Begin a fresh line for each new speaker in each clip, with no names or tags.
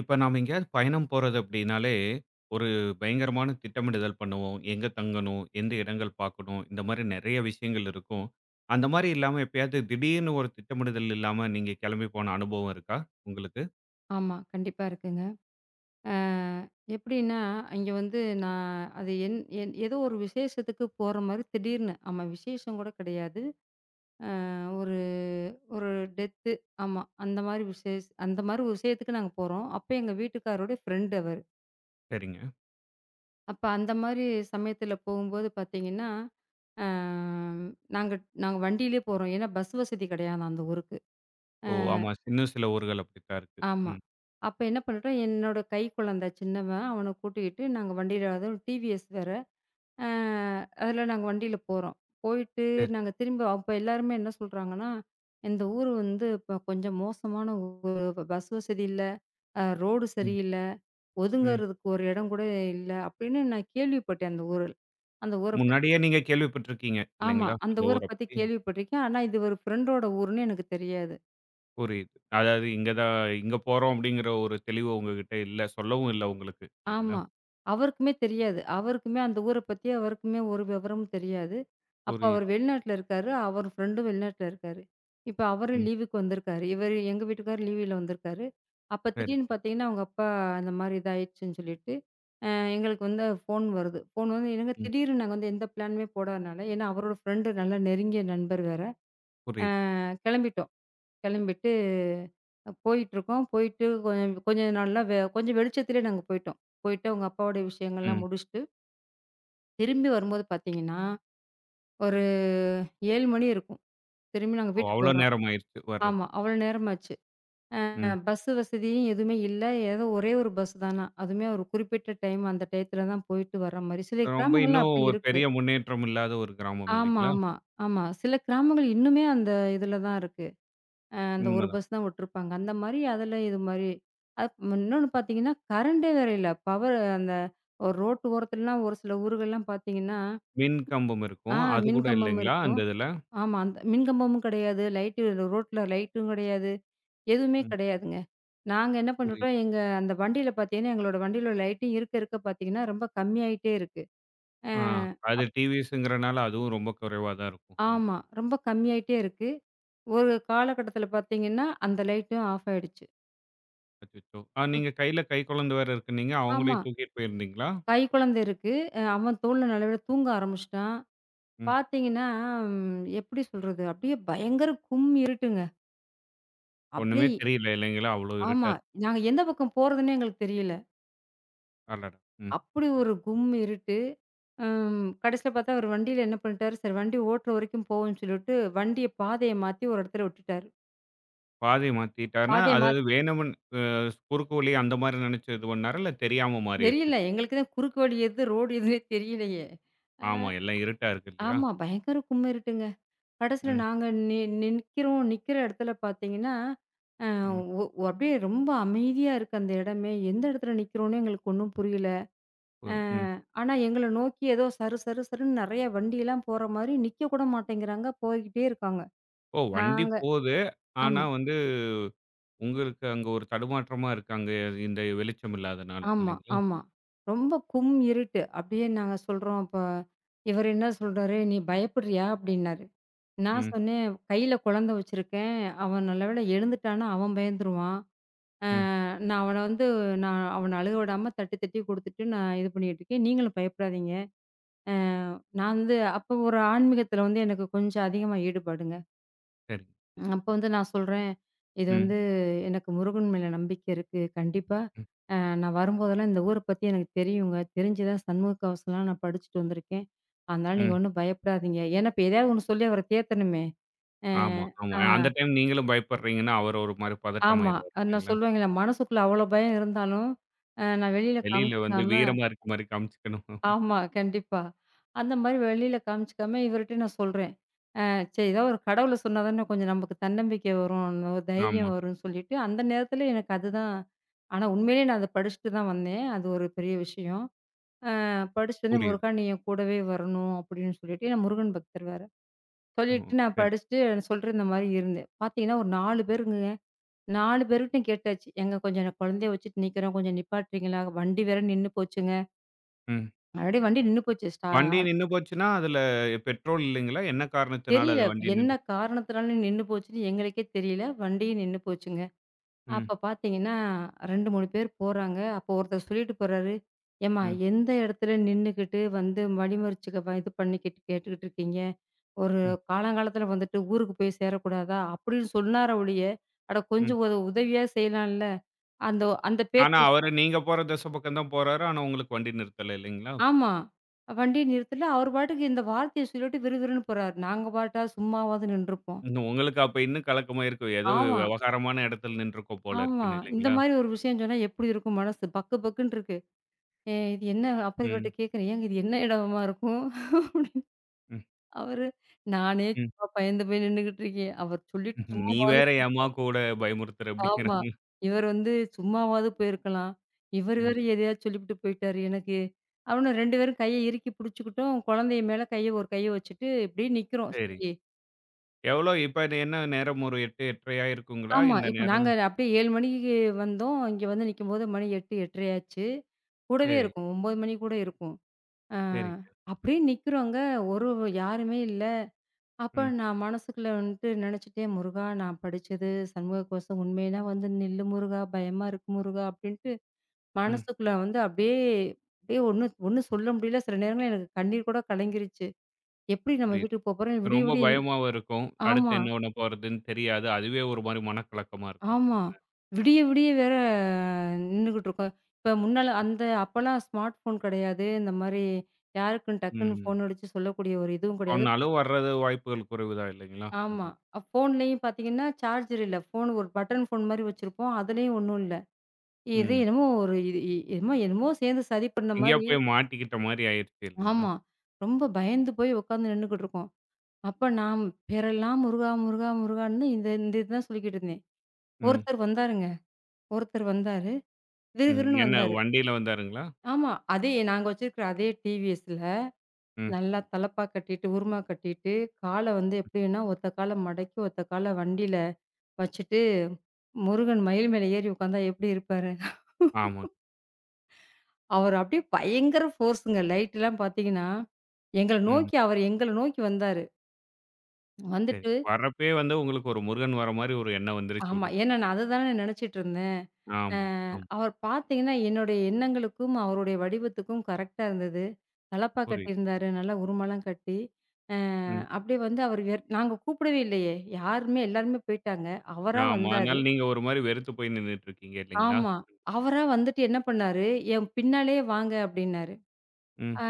இப்ப நாம எங்கேயாவது பயணம் போறது அப்படின்னாலே, ஒரு பயங்கரமான திட்டமிடுதல் பண்ணுவோம். எங்க தங்கணும்? எந்த இடங்கள் பார்க்கணும்? இந்த மாரி நெறைய விஷயங்கள் இருக்கும். அந்த மாரி இல்லாம எப்பயாவது திடீர்னு ஒரு திட்டமிடுதல் இல்லாம நீங்க கிளம்பி போன அனுபவம் இருக்கா உங்களுக்கு?
ஆமா. கண்டிப்பா இருக்குங்க. அ எப்படின்னா, அங்க வந்து நான் அது என் என் ஏதோ ஒரு விசேஷத்துக்கு போற மாரி திடீர்னு. ஆமா விசேஷம் கூட கிடையாது. ஒரு ஒரு டெத்து. ஆமா. அந்த மாரி அந்த மாரி ஒரு விஷயத்துக்கு நாங்க போறோம். அப்ப எங்க வீட்டுக்காரருடைய ஃப்ரெண்ட் அவரு.
சரிங்க.
அப்ப அந்த மாரி சமயத்துல போகும்போது பார்த்தீங்கன்னா, அ நாங்க நாங்க வண்டியிலே போறோம். ஏன்னா பஸ் வசதி கிடையாதாம் அந்த ஊருக்கு. அ
ஓ! ஆமா. இன்னும் சில ஊர்கள் அப்படித்தான் இருக்கு.
ஆமா.
ம்.
அப்ப என்ன பண்ணிட்டோம், என்னோட கை குழந்தை சின்னவன். அவன கூட்டிக்கிட்டு நாங்க வண்டியில அதுவும் டிவிஎஸ் வேற. அ அதில நாங்க வண்டியில போறோம். போயிட்டு
சரி.
நாங்க திரும்ப அப்ப எல்லாருமே என்ன சொல்றாங்கன்னா, "இந்த ஊரு வந்து இப்ப கொஞ்சம் மோசமான ஊரு. பஸ் வசதி இல்ல, ரோடு
ம்.
சரியில்ல,
ம்.
ஒதுங்கறதுக்கு ஒரு இடம் கூட இல்ல." அப்படின்னு நான் கேள்விப்பட்டேன் அந்த ஊர பத்தி.
முன்னாடியே நீங்க கேள்விப்பட்டுருக்கீங்க
ஆமா.
இல்லைங்களா?
அந்த
அந்த
ஊர
ஊர
பத்தி
பத்தி.
கேள்விப்பட்டிருக்கேன். ஆனா இது ஒரு ஃப்ரெண்டோட ஊருன்னு எனக்கு தெரியாது.
புரியுது. அதாவது இங்க தான் இங்க போறோம் அப்படிங்கிற ஒரு தெளிவு உங்ககிட்ட இல்ல. சொல்லவும் இல்ல உங்களுக்கு. இல்லைங்களா?
ஆமா. அவருக்குமே தெரியாது. அவருக்குமே அந்த ஊர பத்தி ஒரு விவரமும் தெரியாது. அப்ப அவர்
புரியுது.
வெளிநாட்ல இருக்காரு. அவர் ஃப்ரெண்டும் வெளிநாட்ல இருக்காரு. இப்ப அவரும்
ம்.
லீவுக்கு வந்திருக்காரு. இவரு எங்க வீட்டுக்காரரு லீவுல வந்திருக்காரு. அப்ப திடீர்னு
சரிங்க.
பார்த்தீங்கன்னா, அவங்க அப்பா அந்த மாரி இதாயிடுச்சுன்னு சொல்லிட்டு, அ எங்களுக்கு வந்து ஃபோன் வருது. ஃபோன் வந்து என்னங்க
ம்.
திடீர்னு நாங்க வந்து எந்த பிளானுமே போடாதனால, ஏன்னா அவரோட ஃப்ரெண்டு நல்ல நெருங்கிய நண்பர் வேற.
புரியுது.
கெளம்பிட்டோம். கெளம்பிட்டு போயிட்டுருக்கோம். போயிட்டு கொஞ்ச நாள்ல கொஞ்சம் வெளிச்சத்திலே நாங்க போயிட்டோம். போயிட்டு அவங்க அப்பாவோட விஷயங்கள்லாம்
ம்.
முடிச்சுட்டு திரும்பி வரும்போது பார்த்தீங்கன்னா, ஒரு 7 மணி இருக்கும். திரும்பி நாங்க
ஓ!
வீட்டுக்கு
அவ்ளோ
வர்றோம்.
நேரம் ஆயிருச்சு
ஆமா.
வர்றதுக்கு.
அவ்வளோ நேரமாச்சு.
ம்.
பஸ் வசதியும் எதுவுமே இல்ல. ஏதோ ஒரே ஒரு பஸ் தானாம். அதுவுமே ஒரு குறிப்பிட்ட டைம் அந்த டயத்துல தான் போயிட்டு வர்ற மாரி. சில
ரொம்ப
கிராமங்கள்ல
இன்னும்
அப்படி
ஒரு
இருக்கு.
பெரிய முன்னேற்றம் இல்லாத ஒரு கிராமம்
ஆமா,
இல்லைங்களா?
ஆமா, ஆமா. சில கிராமங்கள் இன்னுமே அந்த இதுல தான் இருக்கு. அந்த ஒரு
உண்மதான்.
பஸ் தான் விட்டுருப்பாங்க. அந்த மாரி அதுல இது மாரி. இன்னொன்னு பார்த்தீங்கன்னா, கரண்டே வேற இல்ல. பவர் அந்த ஒரு ரோட்டு ஓரத்துலலாம் ஒரு சில ஊர்கள்லாம் பார்த்தீங்கன்னா,
மின் கம்பம்
ஆ
இருக்கும். அது கூட
மின்கம்பம்
இல்லைங்களா? அந்த
இருக்கும்.
இதுல?
ஆமா. அந்த மின்கம்பமும் கிடையாது. ரோட்ல லைட்டும் கிடையாது. எதுவுமே
ம்.
கிடையாதுங்க. நாங்க என்ன
புரியுது.
பண்ணிட்டோம், எங்க அந்த வண்டியில பார்த்தீங்கன்னா, எங்களோட வண்டியில லைட்டும் இருக்க இருக்க பார்த்தீங்கன்னா, ரொம்ப கம்மியாயிட்டே இருக்கு. அ
ஆ அது டிவிஸ்ங்கிறனால அதுவும் ரொம்ப குறைவா தான் இருக்கும். ம்.
ஆமா. ரொம்ப கம்மியாயிட்டே இருக்கு. ஒரு காலகட்டத்தில பார்த்தீங்கன்னா, அந்த லைட்டும் ஆஃப் ஆயிடுச்சு.
அச்சச்சோ! நீங்க கையில கைக்குழந்த வேற இருக்குன்னீங்க.
ஆமா.
அவங்களையும் தூக்கிட்டு போயிருந்தீங்களா?
கைக்குழந்தை இருக்கு. அவன் தோள்ல நல்லவேள தூங்க ஆரம்பிச்சுட்டான்.
ம்.
பார்த்தீங்கன்னா, எப்படி சொல்றது? அப்படியே பயங்கர இருட்டுங்க.
ஒண்ணுமே
அப்படியே
தெரியல இல்லைங்களா? அவ்ளோ இருட்டா
ஆமா.
இருக்கு.
நாங்க எந்த பக்கம் போறதுன்னே எங்களுக்கு தெரியல.
அடடா! ம்.
அப்படி ஒரு கும் இருட்டு. ம். கடைசியில பார்த்தா அவர் வண்டியில என்ன பண்ணிட்டாரு, சரி வண்டி ஓட்டுற வரைக்கும் போவோம்ன்னு சொல்லிட்டு, வண்டிய பாதைய மாத்தி ஒரு இடத்துல விட்டுட்டாரு.
பாதைய மாத்திட்டாருன்னா,
பாதைய
அதாவது
மாத்
வேணுமன் அ குறுக்கு வழி அந்த மாரி நெனைச்சு இது பண்ணாரா? இல்ல தெரியாம மாறிருச்சு.
தெரியல. எங்களுக்கு தான் குறுக்கு வழி எது, ரோடு எதுன்னே தெரியலையே. அ
ஆமா. எல்லாம் இருட்டா இருக்கு இல்லையா?
ஆமா. பயங்கர கும் இருட்டுங்க. கடைசியில
ம்.
நாங்க நி நிக்கிறோம். நிக்கிற இடத்துல பார்த்தீங்கன்னா, அ
ம்.
ஒ ஒ- அப்படியே ரொம்ப அமைதியா இருக்கு அந்த இடமே. எந்த இடத்துல நிக்கிறோன்னே எங்களுக்கு ஒண்ணும் புரியல. அ
ம், ம்.
ஆனா எங்கள நோக்கி ஏதோ சரு சரு சருன்னு நெறைய வண்டியெல்லாம் போற மாரி நிக்க கூட மாட்டேங்கிறாங்க. போய்க்கிட்டே இருக்காங்க.
ஓ! வண்டி
நாங்க
போது. ஆனா
ஆமா,
வந்து உங்களுக்கு அங்க ஒரு தடுமாற்றமா இருக்கு. அங்க இந்த வெளிச்சம் இல்லாதனால
ஆமா,
இல்லைங்களா?
ஆமா. ரொம்ப கும் இருட்டு. அப்படியே நாங்க சொல்றோம், அப்ப இவரு என்ன சொல்றாரு, "நீ பயப்படுறியா?" அப்படின்னாரு. நான்
ம்,
சொன்னேன், "கையில குழந்தை வச்சிருக்கேன். அவன் நல்ல வேளை எழுந்துட்டான்னா, அவன் பயந்துருவான். அ
ம்.
நான் அவன வந்து நான் அவன அழுக விடாம தட்டி தட்டி குடுத்துட்டு, நான் இது பண்ணிட்டுருக்கேன். நீங்களும் பயப்படாதீங்க." அ நான் வந்து அப்போ ஒரு ஆன்மீகத்தில வந்து எனக்கு கொஞ்சம் அதிகமா ஈடுபாடுங்க.
சரி.
அப்ப வந்து நான் சொல்றேன், "இது
ம்,
வந்து எனக்கு முருகன் மேல நம்பிக்கை இருக்கு. கண்டிப்பா
ம்,
நான் வரும்போதெல்லாம் இந்த ஊர பத்தி எனக்கு தெரியுங்க. தெரிஞ்சு தான் சண்முக கவசம்லாம் நான் படிச்சுட்டு வந்திருக்கேன். அதனால நீங்க
ம்.
ஒண்ணும் பயப்படாதீங்க." ஏன்னா இப்ப எதையாவது ஒண்ணு சொல்லி அவர தேத்தணுமே. அ
ஆமா, ஆமா.
ஆ
அந்த டைம் நீங்களும் பயப்படுறீங்கன்னா, அவர் ஒரு மாரி
ஆமா.
பதட்டமாயிருவாரு
அது நான்
இல்லைங்களா?
சொல்லுவேங்கல்ல, மனசுக்குள்ள அவ்வளோ பயம் இருந்தாலும், நான் வெளியில
வெளியில வந்து
காமிச்சுக்காம.
வீரமா இருக்க மாரி காமிச்சுக்கணும்.
ஆமா, கண்டிப்பா. அந்த மாரி வெளியில காமிச்சுக்காம இவர்ட்ட நான் சொல்றேன். சரிதான் ஒரு கடவுள சொன்னா தானே கொஞ்சம் நமக்கு தன்னம்பிக்கை வரும், ஒரு
ஆமா,
தைரியம் வரும்ன்னு சொல்லிட்டு, அந்த நேரத்துல எனக்கு அதுதான். ஆனா உண்மையிலேயே நான் அத படிச்சுட்டு தான் வந்தேன். அது ஒரு பெரிய விஷயம். நான் படிச்சுட்டு வந்து
புரியுது.
"முருகா நீ என் கூடவே வரணும்" அப்படின்னு சொல்லிட்டு ஏன்னா முருகன் பக்தர் வேற.
ம்.
சொல்லிட்டு நான்
சரி.
படிச்சுட்டு சொல்ற இந்த மாரி இருந்தேன். பார்த்தீங்கன்னா ஒரு 4 பேருங்கங்க. 4 பேருகிட்டயும் கேட்டாச்சு. "ஏங்க கொஞ்சம் நான் குழந்தைய வச்சுட்டு நிக்கிறேன், கொஞ்சம் நிப்பாட்டுறீங்களா? வண்டி வேற நின்னு போச்சுங்க."
ம்.
ஆல்ரெடி வண்டி நின்னு போச்சு.
வண்டி நின்னு போச்சுன்னா, அதுல பெட்ரோல் இல்லைங்களா? என்ன காரணத்தினால
தெரியல
அது வண்டி
என்ன
நின்றுச்சு?
காரணத்தினால நின்னு போச்சுன்னு எங்களுக்கே தெரியல. வண்டியும் நின்னு போச்சுங்க.
ம்,
அப்ப பார்த்தீங்கன்னா, 2, 3 பேர் போறாங்க. அப்போ ஒருத்தர் சொல்லிட்டு போறாரு, "ஏம்மா
ம்,
எந்த இடத்துல நின்னுக்கிட்டு வந்து வழிமறிச்சுக்க வ இது பண்ணிக்கிட்டு கேட்டுக்கிட்டு இருக்கீங்க? ஒரு
ம்,
காலங்காலத்துல வந்துட்டு ஊருக்கு போய் சேரக்கூடாதா?" அப்படின்னு சொன்னாரே ஒழிய, அட
ம்.
கொஞ்சம் ஒரு உதவியா செய்யலாம்ல. அந்த அந்த பேச்ச
ஆனா அவரு நீங்க போற திசை பக்கம் தான் போறாரு. ஆனா உங்களுக்கு வண்டி நிறுத்தல இல்லைங்களா?
ஆமா. வண்டிய நிறுத்தல. அவர் பாட்டுக்கு இந்த வார்த்தைய சொல்லிட்டு விறுவிறுன்னு போறாரு. நாங்க பாட்டா சும்மாவாவது நின்றுப்போம்.
இன்னும் உங்களுக்கு அப்ப இன்னும் கலக்கமா இருக்கும். ஏதோ
ஆமா,
விவகாரமான இடத்துல நின்றுருக்கோம் போல
ஆமா.
இருக்குன்னு
இந்த
இல்லைங்களா?
மாரி ஒரு விஷயம் சொன்னா எப்படி இருக்கும் மனசு? பக்கு பக்குன்னு இருக்கு. ஏ இது என்ன அப்ப இவர்ட்ட
ம்.
கேட்கிறேன், "ஏங்க இது என்ன இடமா இருக்கும்?" அப்படின்னு.
ம்.
அவரு, "நானே
ம்.
சும்மா பயந்து போய் நின்னுகிட்டு இருக்கேன். அவர் சொல்லிட்டு
ம்ஹ்ம். நீ
சும்மாவாவது
வேற ஏம்மா
போய்-
கூட பயமுறுத்துற
ஆமா.
அப்படிங்கிறாங்க.
இவர் வந்து சும்மாவாவது போயிருக்கலாம். இவர்
ம்.
வேற எதையாவது சொல்லிப்புட்டு போயிட்டாரு எனக்கு." அவனு 2 பேரும் கைய இறுக்கி புடிச்சுக்கிட்டோம். குழந்தை மேல கைய ஒரு கைய வச்சுட்டு இப்படியே நிக்கிறோம்.
சரி.
சரி
எவ்வளோ இப்ப இது என்ன நேரம் ஒரு 8, 8:30 இருக்குங்களா?
ஆமா.
இந்த
இப்ப நாங்க
நேரம்?
அப்படியே 7 மணிக்கு வந்தோம். இங்க வந்து நிக்கும்போது மணி 8, 8:30 ஆச்சு. கூடவே
சரி,
இருக்கும். 9 மணி கூட இருக்கும். ஆ
சரிங்க.
அப்படியே நிக்கிறோங்க. ஒரு யாருமே இல்ல. அப்ப
ம்.
நான் மனசுக்குள்ள வந்துட்டு நினைச்சுட்டே, "முருகா நான் படிச்சது சண்முக கோஷம் உண்மைன்னா வந்து நில்லு முருகா, பயமா இருக்கு முருகா" அப்படின்ட்டு
ம்.
மனசுக்குள்ள வந்து அப்படியே. அப்படியே ஒண்ணும் ஒண்ணும் சொல்ல முடியல. சில நேரங்கள்ல எனக்கு கண்ணீர் கூட கலங்கிருச்சு. எப்படி நம்ம
புரியுது.
வீட்டுக்கு போப்போறோம்? விடிய
ரொம்ப
விடிய இங்க-
பயமாவும் இருக்கும். அடுத்து
ஆமா,
என்ன பண்ண போறதுன்னு தெரியாது. அதுவே ஒரு மாரி மனக்கலக்கமா இருக்கும்.
ஆமா. விடிய விடிய வேற நின்னுகிட்டு இருக்கோம். இப்ப முன்னால அந்த அப்பலாம் ஸ்மார்ட் ஃபோன் கிடையாது. இந்த மாரி யாருக்குன்னு டக்குன்னு
ம்.
ஃபோன் அடிச்சு சொல்லக்கூடிய ஒரு இதுவும் கிடையாது.
சொன்னாலும் வர்றது வாய்ப்புகள் குறைவு தான் இல்லைங்களா? இந்த
ஆமா. ஃபோன்லயும் பார்த்தீங்கன்னா, சார்ஜர் இல்ல. ஃபோன் ஒரு பட்டன் ஃபோன் மாரி வச்சிருப்போம். அதுலயும் ஒண்ணும் இல்ல. இது
ம்.
என்னமோ ஒரு இது இ என்னமோ என்னமோ சேர்ந்து சதி பண்ண
எங்கேயோ
மாரி.
போய் மாட்டிக்கிட்ட மாரி ஆயிருச்சு இல்லைங்களா?
ஆமா. ரொம்ப பயந்து போய் உட்காந்து நின்னுக்கிட்டு இருக்கோம். அப்ப நான் பேரெல்லாம் முருகா, முருகா, முருகான்னு இந்த இந்த இதுதான் சொல்லிக்கிட்டு இருந்தேன்.
ம்.
ஒருத்தர் வந்தாருங்க. ஒருத்தர் வந்தாரு.
ம்.
விறுவிறுன்னு
என்ன
வந்தாரு.
வண்டியில வந்தாருங்களா?
ஆமா. அதே நாங்க வச்சிருக்கிற அதே டிவிஎஸ்ல
ம்.
நல்லா தலப்பா கட்டிட்டு, உரும்மா கட்டிட்டு, கால வந்து எப்படின்னா ஒத்த கால மடக்கி, ஒத்த கால வண்டியில வச்சுட்டு முருகன் மயில் மேல ஏறி உட்காந்தா எப்படி இருப்பாரு?
ஆமா.
அவர் அப்படியே பயங்கர ஃபோர்ஸுங்க. லைட்லாம் பார்த்தீங்கன்னா,
ம்.
எங்கள நோக்கி வந்தாரு.
சரி.
வந்துட்டு
வர்றப்பயே வந்து உங்களுக்கு ஒரு முருகன் வர மாரி ஒரு எண்ணம் வந்துருச்சு
ஆமா.
உள்ளுக்குள்ள.
ஏன்னா நான் அததானே நான் நினைச்சுட்டு இருந்தேன். அ
ஆமா, ஆமா.
அவர் பார்த்தீங்கன்னா, என்னுடைய எண்ணங்களுக்கும், அவருடைய வடிவத்துக்கும் கரெக்ட்டா இருந்தது. தலப்பா
புரியுது.
கட்டியிருந்தாரு. நல்லா உருமலாம் கட்டி. அ
ம்.
அப்படியே வந்து அவர் எர் நாங்க கூப்பிடவே இல்லையே! எல்லாருமே போயிட்டாங்க. அவரா
ஆமா.
வந்தாரு.
அதனால நீங்க ஒரு மாரி வெறுத்து போய் நின்னுட்டு இருக்கீங்க இல்லைங்களா?
ஆமா. அவரா வந்துட்டு என்ன பண்ணாரு, என் பின்னாலயே வாங்க அப்படின்னாரு.
ம்.
ஆ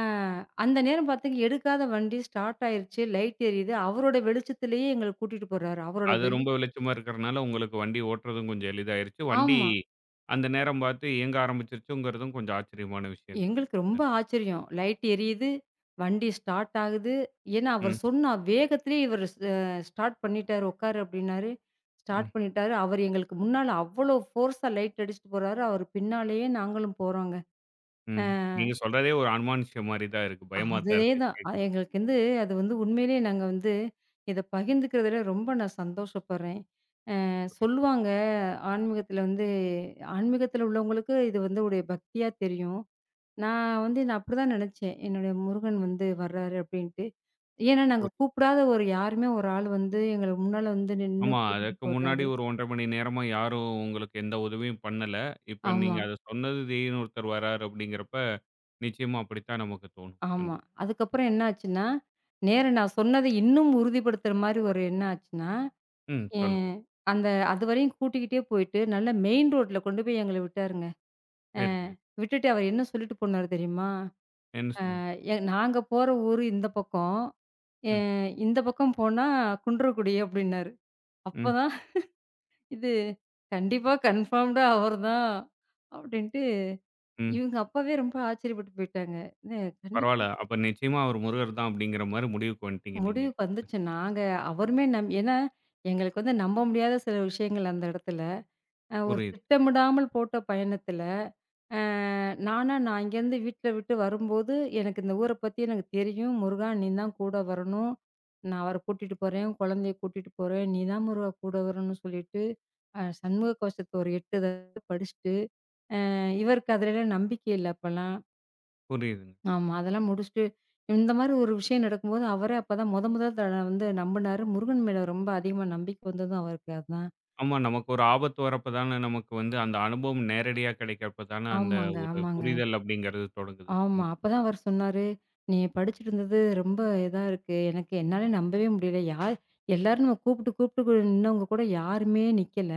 அந்த நேரம் பாத்தீங்க எடுக்காத வண்டி ஸ்டார்ட் ஆயிருச்சு. லைட் எரியுது. அவரோட வெளிச்சத்திலேயே எங்கள கூட்டிட்டு போறாரு. அவரோட
அது
வெளி
ரொம்ப வெளிச்சமா இருக்கிறனால உங்களுக்கு வண்டி ஓட்டுறதும் கொஞ்சம் எளிதாயிருச்சு. வண்டி
ஆமா.
அந்த நேரம் பார்த்து இயங்க ஆரம்பிச்சுருச்சுங்கிறதும் கொஞ்சம் ஆச்சரியமான விஷயம் தான்.
எங்களுக்கு ரொம்ப ஆச்சரியம். லைட் எரியுது. வண்டி ஸ்டார்ட் ஆகுது. ஏன்னா, அவர்
ம்,
சொன்ன வேகத்திலேயே இவரு ஸ் அ ஸ்டார்ட் பண்ணிட்டாரு. உட்காரு அப்டின்னாரு. ஸ்டார்ட்
ம்,
பண்ணிட்டாரு. அவர் எங்களுக்கு முன்னால அவ்வளோ ஃபோர்ஸா லைட் அடிச்சுட்டு போறாரு. அவர் பின்னாலேயே நாங்களும் போறோங்க. அ
ம். நீங்க சொல்றதே ஒரு அனுமானுஷ்யம் மாரி தான் இருக்கு. பயமா தான்
அதுவே
இருக்கு.
தான்.
கேட்கவே புரியுது,
எங்களுக்கு வந்து அது வந்து உண்மையிலேயே நாங்க வந்து இத பகிர்ந்துக்கிறதுல ரொம்ப நான் சந்தோஷப்படுறேன்.
புரியுது.
சொல்லுவாங்க, ஆன்மீகத்துல வந்து ஆன்மீகத்துல உள்ளவங்களுக்கு இது வந்து ஒரு பக்தியா தெரியும். நான் வந்து நான் அப்படிதான் நெனச்சேன். என்னுடைய முருகன் வந்து வர்றாரு அப்படின்ட்டு. ஏன்னா, நாங்க கூப்பிடாத ஒரு யாருமே ஒரு ஆள் வந்து எங்கள முன்னால வந்து நின்னு
ஆமா.
கூட்டிட்டு
அதற்கு முன்னாடி
போறாரு.
ஒரு 1 1/2 மணி நேரமா யாரும் உங்களுக்கு எந்த உதவியும் பண்ணல. இப்ப
ஆமா,
நீங்க அத சொன்னது திடீர்னு ஒருத்தர் வராரு அப்படிங்கிறப்ப, நிச்சயமா அப்படித்தான் நமக்கு தோணும். அந்த
ஆமா. அதுக்கப்புறம் என்ன ஆச்சுன்னா, நேரா நான் சொன்னத இன்னும் உறுதிப்படுத்துற மாரி ஒரு எண்ணம் ஆச்சுன்னா,
ம்
எ
சொல்லுங்க.
அந்த அதுவரையும் கூட்டிக்கிட்டே போயிட்டு, நல்ல மெயின் ரோட்ல கொண்டு போய் எங்கள விட்டாருங்க. அ
சரிங்க.
விட்டுட்டு அவர் என்ன சொல்லிட்டு போனாரு தெரியுமா?
என்ன சொன்னாங்க?
நாங்க போற ஊரு இந்த பக்கம். எ
ம்,
இந்த பக்கம் போனா குன்றக்குடி அப்டின்னாரு.
ம்,
அப்பதான் இது கண்டிப்பா கன்ஃபார்ம்டா அவர்தான் அப்டின்ட்டு
ம்.
இவங்க அப்பாவே ரொம்ப ஆச்சரியப்பட்டு போயிட்டாங்க. "என்ன கண்டிப்பா
பரவால்ல. அப்ப நிச்சயமா அவர் முருகர் தான் அப்படிங்கிற மாரி முடிவுக்கு வந்துட்டீங்க நீங்க.
முடிவுக்கு வந்துச்சு." நாங்க அவருமே நம் ஏன்னா எங்களுக்கு வந்து நம்ப முடியாத சில விஷயங்கள் அந்த இடத்துல. ஒரு
புரியுது,
திட்டமிடாமல் போட்ட பயணத்துல அ நானா நான் இங்கேருந்து வீட்ல விட்டு வரும்போது, எனக்கு இந்த ஊர பத்தி எனக்கு தெரியும். "முருகா நீ தான் கூட வரணும். நான் அவர கூட்டிட்டு போறேன். குழந்தைய கூட்டிட்டு போறேன். நீ தான் முருகா கூட வரணும்னு" சொல்லிட்டு, சண்முக கவசத்த ஒரு 8 தடவ படிச்சுட்டு, இவருக்கு அதுலலாம் நம்பிக்கை இல்ல அப்பலாம்.
புரியுதுங்க.
ஆமா. அதெல்லாம் முடிச்சுட்டு, இந்த மாரி ஒரு விஷயம் நடக்கும்போது, அவரே அப்பதான் மொத மொத த வந்து நம்புனாரு. முருகன் மேல ரொம்ப அதிகமா நம்பிக்கை வந்ததும் அவருக்கு அதான்.
ஆமா. நமக்கு ஒரு ஆபத்து வரப்ப தான நமக்கு வந்து அந்த அனுபவம் நேரடியா கிடைக்கிறப்ப தான அந்த
ஆமாங்க,
ஒரு
ஆமாங்க.
புரிதல் அப்படிங்கிறது தொடங்குது.
ஆமா.
அங்க.
அப்பதான் அவரு சொன்னாரு, "நீ படிச்சுட்டு இருந்தது ரொம்ப இதா இருக்கு. எனக்கு என்னாலே நம்பவே முடியல. யார் எல்லாரும் நம்ம கூப்பிட்டு கூப்பிட்டு நின்னவங்க கூட யாருமே நிக்கல.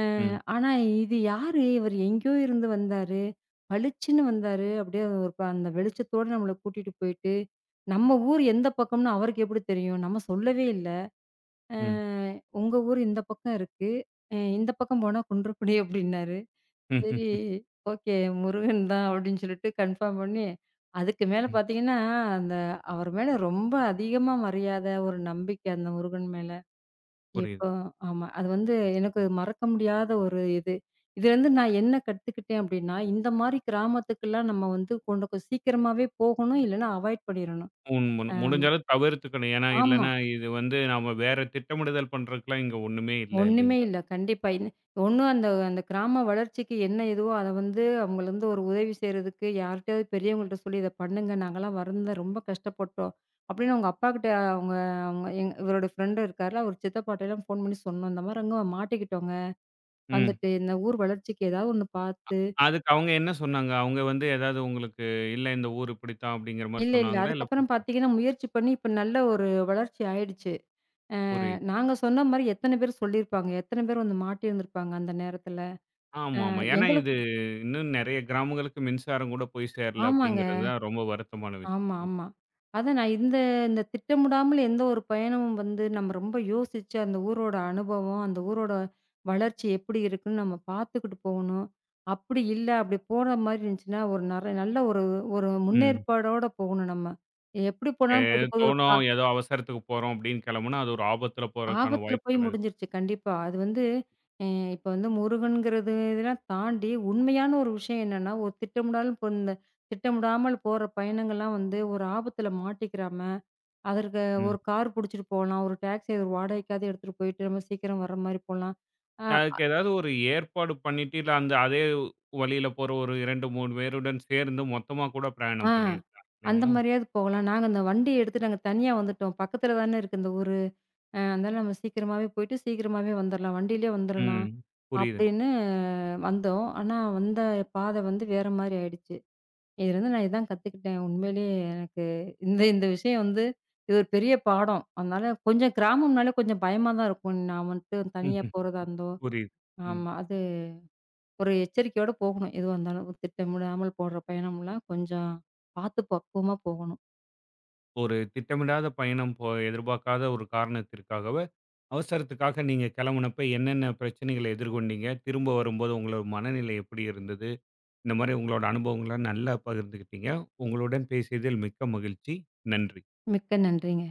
அ
ம்,
ஆனா இது யாரு? இவரு எங்கேயோ இருந்து வந்தாரு. பளிச்சுன்னு வந்தாரு. அப்படியே ஒரு ப அந்த வெளிச்சத்தோட நம்மள கூட்டிட்டு போயிட்டு, நம்ம ஊர் எந்த பக்கம்னு அவருக்கு எப்படி தெரியும்? நம்ம சொல்லவே இல்ல. அ
ம்,
உங்க ஊர் இந்த பக்கம் இருக்கு. இந்த பக்கம் போனா குன்றக்குடி" அப்படின்னாரு.
ம்,
சரி.
ம்,
ஓகே. முருகன் தான் அப்படின்னு சொல்லிட்டு கன்ஃபார்ம் பண்ணி, அதுக்கு மேல
ம்.
பார்த்தீங்கன்னா, அந்த அவர் மேல ரொம்ப அதிகமா மரியாதை, ஒரு நம்பிக்கை அந்த முருகன் மேல.
புரியுது.
இப்போ ஆமா. அது வந்து எனக்கு மறக்க முடியாத ஒரு இது. இதுலருந்து நான் என்ன கத்துக்கிட்டேன் அப்படின்னா, இந்த மாரி கிராமத்துக்குலாம் நம்ம வந்து கொண்டு கொஞ்சம் சீக்கிரமாவே போகணும். இல்லன்னா அவாய்ட் பண்ணிறணும்.
உண்ம.
ஆ.
முடிஞ்ச அளவு தவிர்த்துக்கணும். ஏன்னா,
ஆமா.
இல்லன்னா இது வந்து நாம வேற திட்டமிடுதல் பண்றதுக்குலாம் இங்க ஒண்ணுமே இல்ல
ஒண்ணுமே
இல்லைங்களா?
இல்ல. கண்டிப்பா. ஒண்ணும் அந்த அந்த கிராம வளர்ச்சிக்கு என்ன இதுவோ, அத வந்து அவங்கலருந்து ஒரு உதவி செய்றதுக்கு யார்ட்டயாவது பெரியவங்கள்ட்ட சொல்லி, "இத பண்ணுங்க. நாங்கலாம் வருந்தோம். ரொம்ப கஷ்டப்பட்டோம்." அப்படின்னு அவங்க அப்பாகிட்ட அவங்க அவங்க எங் இவரோட ஃப்ரெண்டு இருக்கார்ல, அவரு சித்தப்பாட்டலாம் ஃபோன் பண்ணி சொன்னோம். இந்த மாரி அங்க மாட்டிக்கிட்டோங்க.
ம்.
வந்துட்டு இந்த ஊர் வளர்ச்சிக்கு ஏதாவது ஒண்ணு பார்த்து
அதுக்கு அவங்க என்ன சொன்னாங்க? அவங்க வந்து ஏதாவது உங்களுக்கு இல்ல இந்த ஊர் இப்படித்தான் அப்படிங்கிற மாரி
இல்ல.
சொன்னாங்களா? இல்ல
அதுக்கப்புறம் பார்த்தீங்கன்னா, முயற்சி பண்ணி இப்ப நல்ல ஒரு வளர்ச்சி ஆயிடுச்சு.
புரியுது.
நாங்க சொன்ன மாரி எத்தன பேர் சொல்லியிருப்பாங்க? எத்தன பேர் வந்து மாட்டியிருந்திருப்பாங்க அந்த நேரத்துல? அ
ஆமா, ஆமா. ஏன்னா இது
எங்களுக்கு
இன்னும் நெறைய கிராமங்களுக்கு மின்சாரம் கூட போய் சேரல
ஆமாங்க.
அப்படிங்கிறது தான் ரொம்ப வருத்தமான விஷயம்.
ஆமா, ஆமா. அதான் நான் இந்த இந்த திட்டமிடாமல் எந்த ஒரு பயணமும் வந்து நம்ம ரொம்ப யோசிச்சு, அந்த ஊரோட அனுபவம், அந்த ஊரோட வளர்ச்சி எப்படி இருக்குன்னு நம்ம பார்த்துக்கிட்டு போகணும். அப்படி இல்ல, அப்படி போற மாரி இருந்துச்சுன்னா, ஒரு நெற நல்ல ஒரு ஒரு
ம்.
முன்னேற்பாடோட போகணும் நம்ம. எப்படி போனாலும்
ஏதோ
போயிட்டு போது ஒரு கா
தோணும், ஏதோ அவசரத்துக்கு போறோம் அப்படின்னு கிளம்புனா, அது ஒரு ஆபத்துல போறதுக்கான
ஆபத்துல போய்
வாய்ப்புகள் அது.
முடிஞ்சிருச்சு கண்டிப்பா. அது வந்து அ இப்ப வந்து முருகன்கிறது இதெல்லாம் தாண்டி, உண்மையான ஒரு விஷயம் என்னன்னா, ஒரு திட்டமிடாலும் இப்ப இந்த திட்டமிடாமல் போற பயணங்கள்லாம் வந்து ஒரு ஆபத்துல மாட்டிக்கிறாம அதற்கு
ம்.
ஒரு கார் புடிச்சிட்டு போலாம். ஒரு டாக்ஸி ஒரு வாடகைக்காவது எடுத்துட்டு போயிட்டு நம்ம சீக்கிரம் வர்ற மாரி போலாம். அ
அதுக்கு ஏதாவது ஒரு ஏற்பாடு பண்ணிட்டு, இல்ல அந்த அதே வழியில போற ஒரு 2, 3 பேருடன் சேர்ந்து மொத்தமா கூட
ஆ
பிரயாணம் பண்ணியிருக்கலாம்
அந்த
இல்லைங்களா?
மாரியாவது போகலாம். நாங்க அந்த வண்டிய எடுத்துட்டு நாங்க தனியா வந்துட்டோம். பக்கத்துல தானே இருக்கு இந்த ஊரு. அதனால நம்ம சீக்கிரமாவே போயிட்டு சீக்கிரமாவே வந்துரலாம். வண்டியிலயே வந்துரலாம்.
ம். புரியுதுங்க.
அப்படின்னு வந்தோம். ஆனா வந்த பாதை வந்து வேற மாரி ஆயிடுச்சு. இதுலருந்து நான் இதான் கத்துக்கிட்டேன். உண்மையிலேயே எனக்கு இந்த இந்த விஷயம் வந்து இது ஒரு பெரிய பாடம். அதனால கொஞ்சம் கிராமம்னாலே கொஞ்சம் பயமா தான் இருக்கும். நான் வந்துட்டு தனியா
ம்ஹ்ம்.
போறதா இருந்தோ
புரியுது. ம்.
ஆமா. அது ஒரு எச்சரிக்கையோட போகணும். எதுவா இருந்தாலும் ஒரு திட்டமிடாமல் போடுற பயணம்லாம் கொஞ்சம் பார்த்து பக்குவமா போகணும்.
ஒரு திட்டமிடாத பயணம் போ எதிர்பார்க்காத ஒரு காரணத்திற்காகவே, அவசரத்துக்காக நீங்க கிளம்புனப்ப என்னென்ன பிரச்சனைகள எதிர்கொண்டீங்க? திரும்ப வரும்போது உங்களோட மனநிலை எப்படி இருந்தது? இந்த மாரி உங்களோட அனுபவங்கள நல்லா பகிர்ந்துக்கிட்டீங்க. உங்களுடன் பேசியதில் மிக்க மகிழ்ச்சி. நன்றி.
மிக்க நன்றிங்க.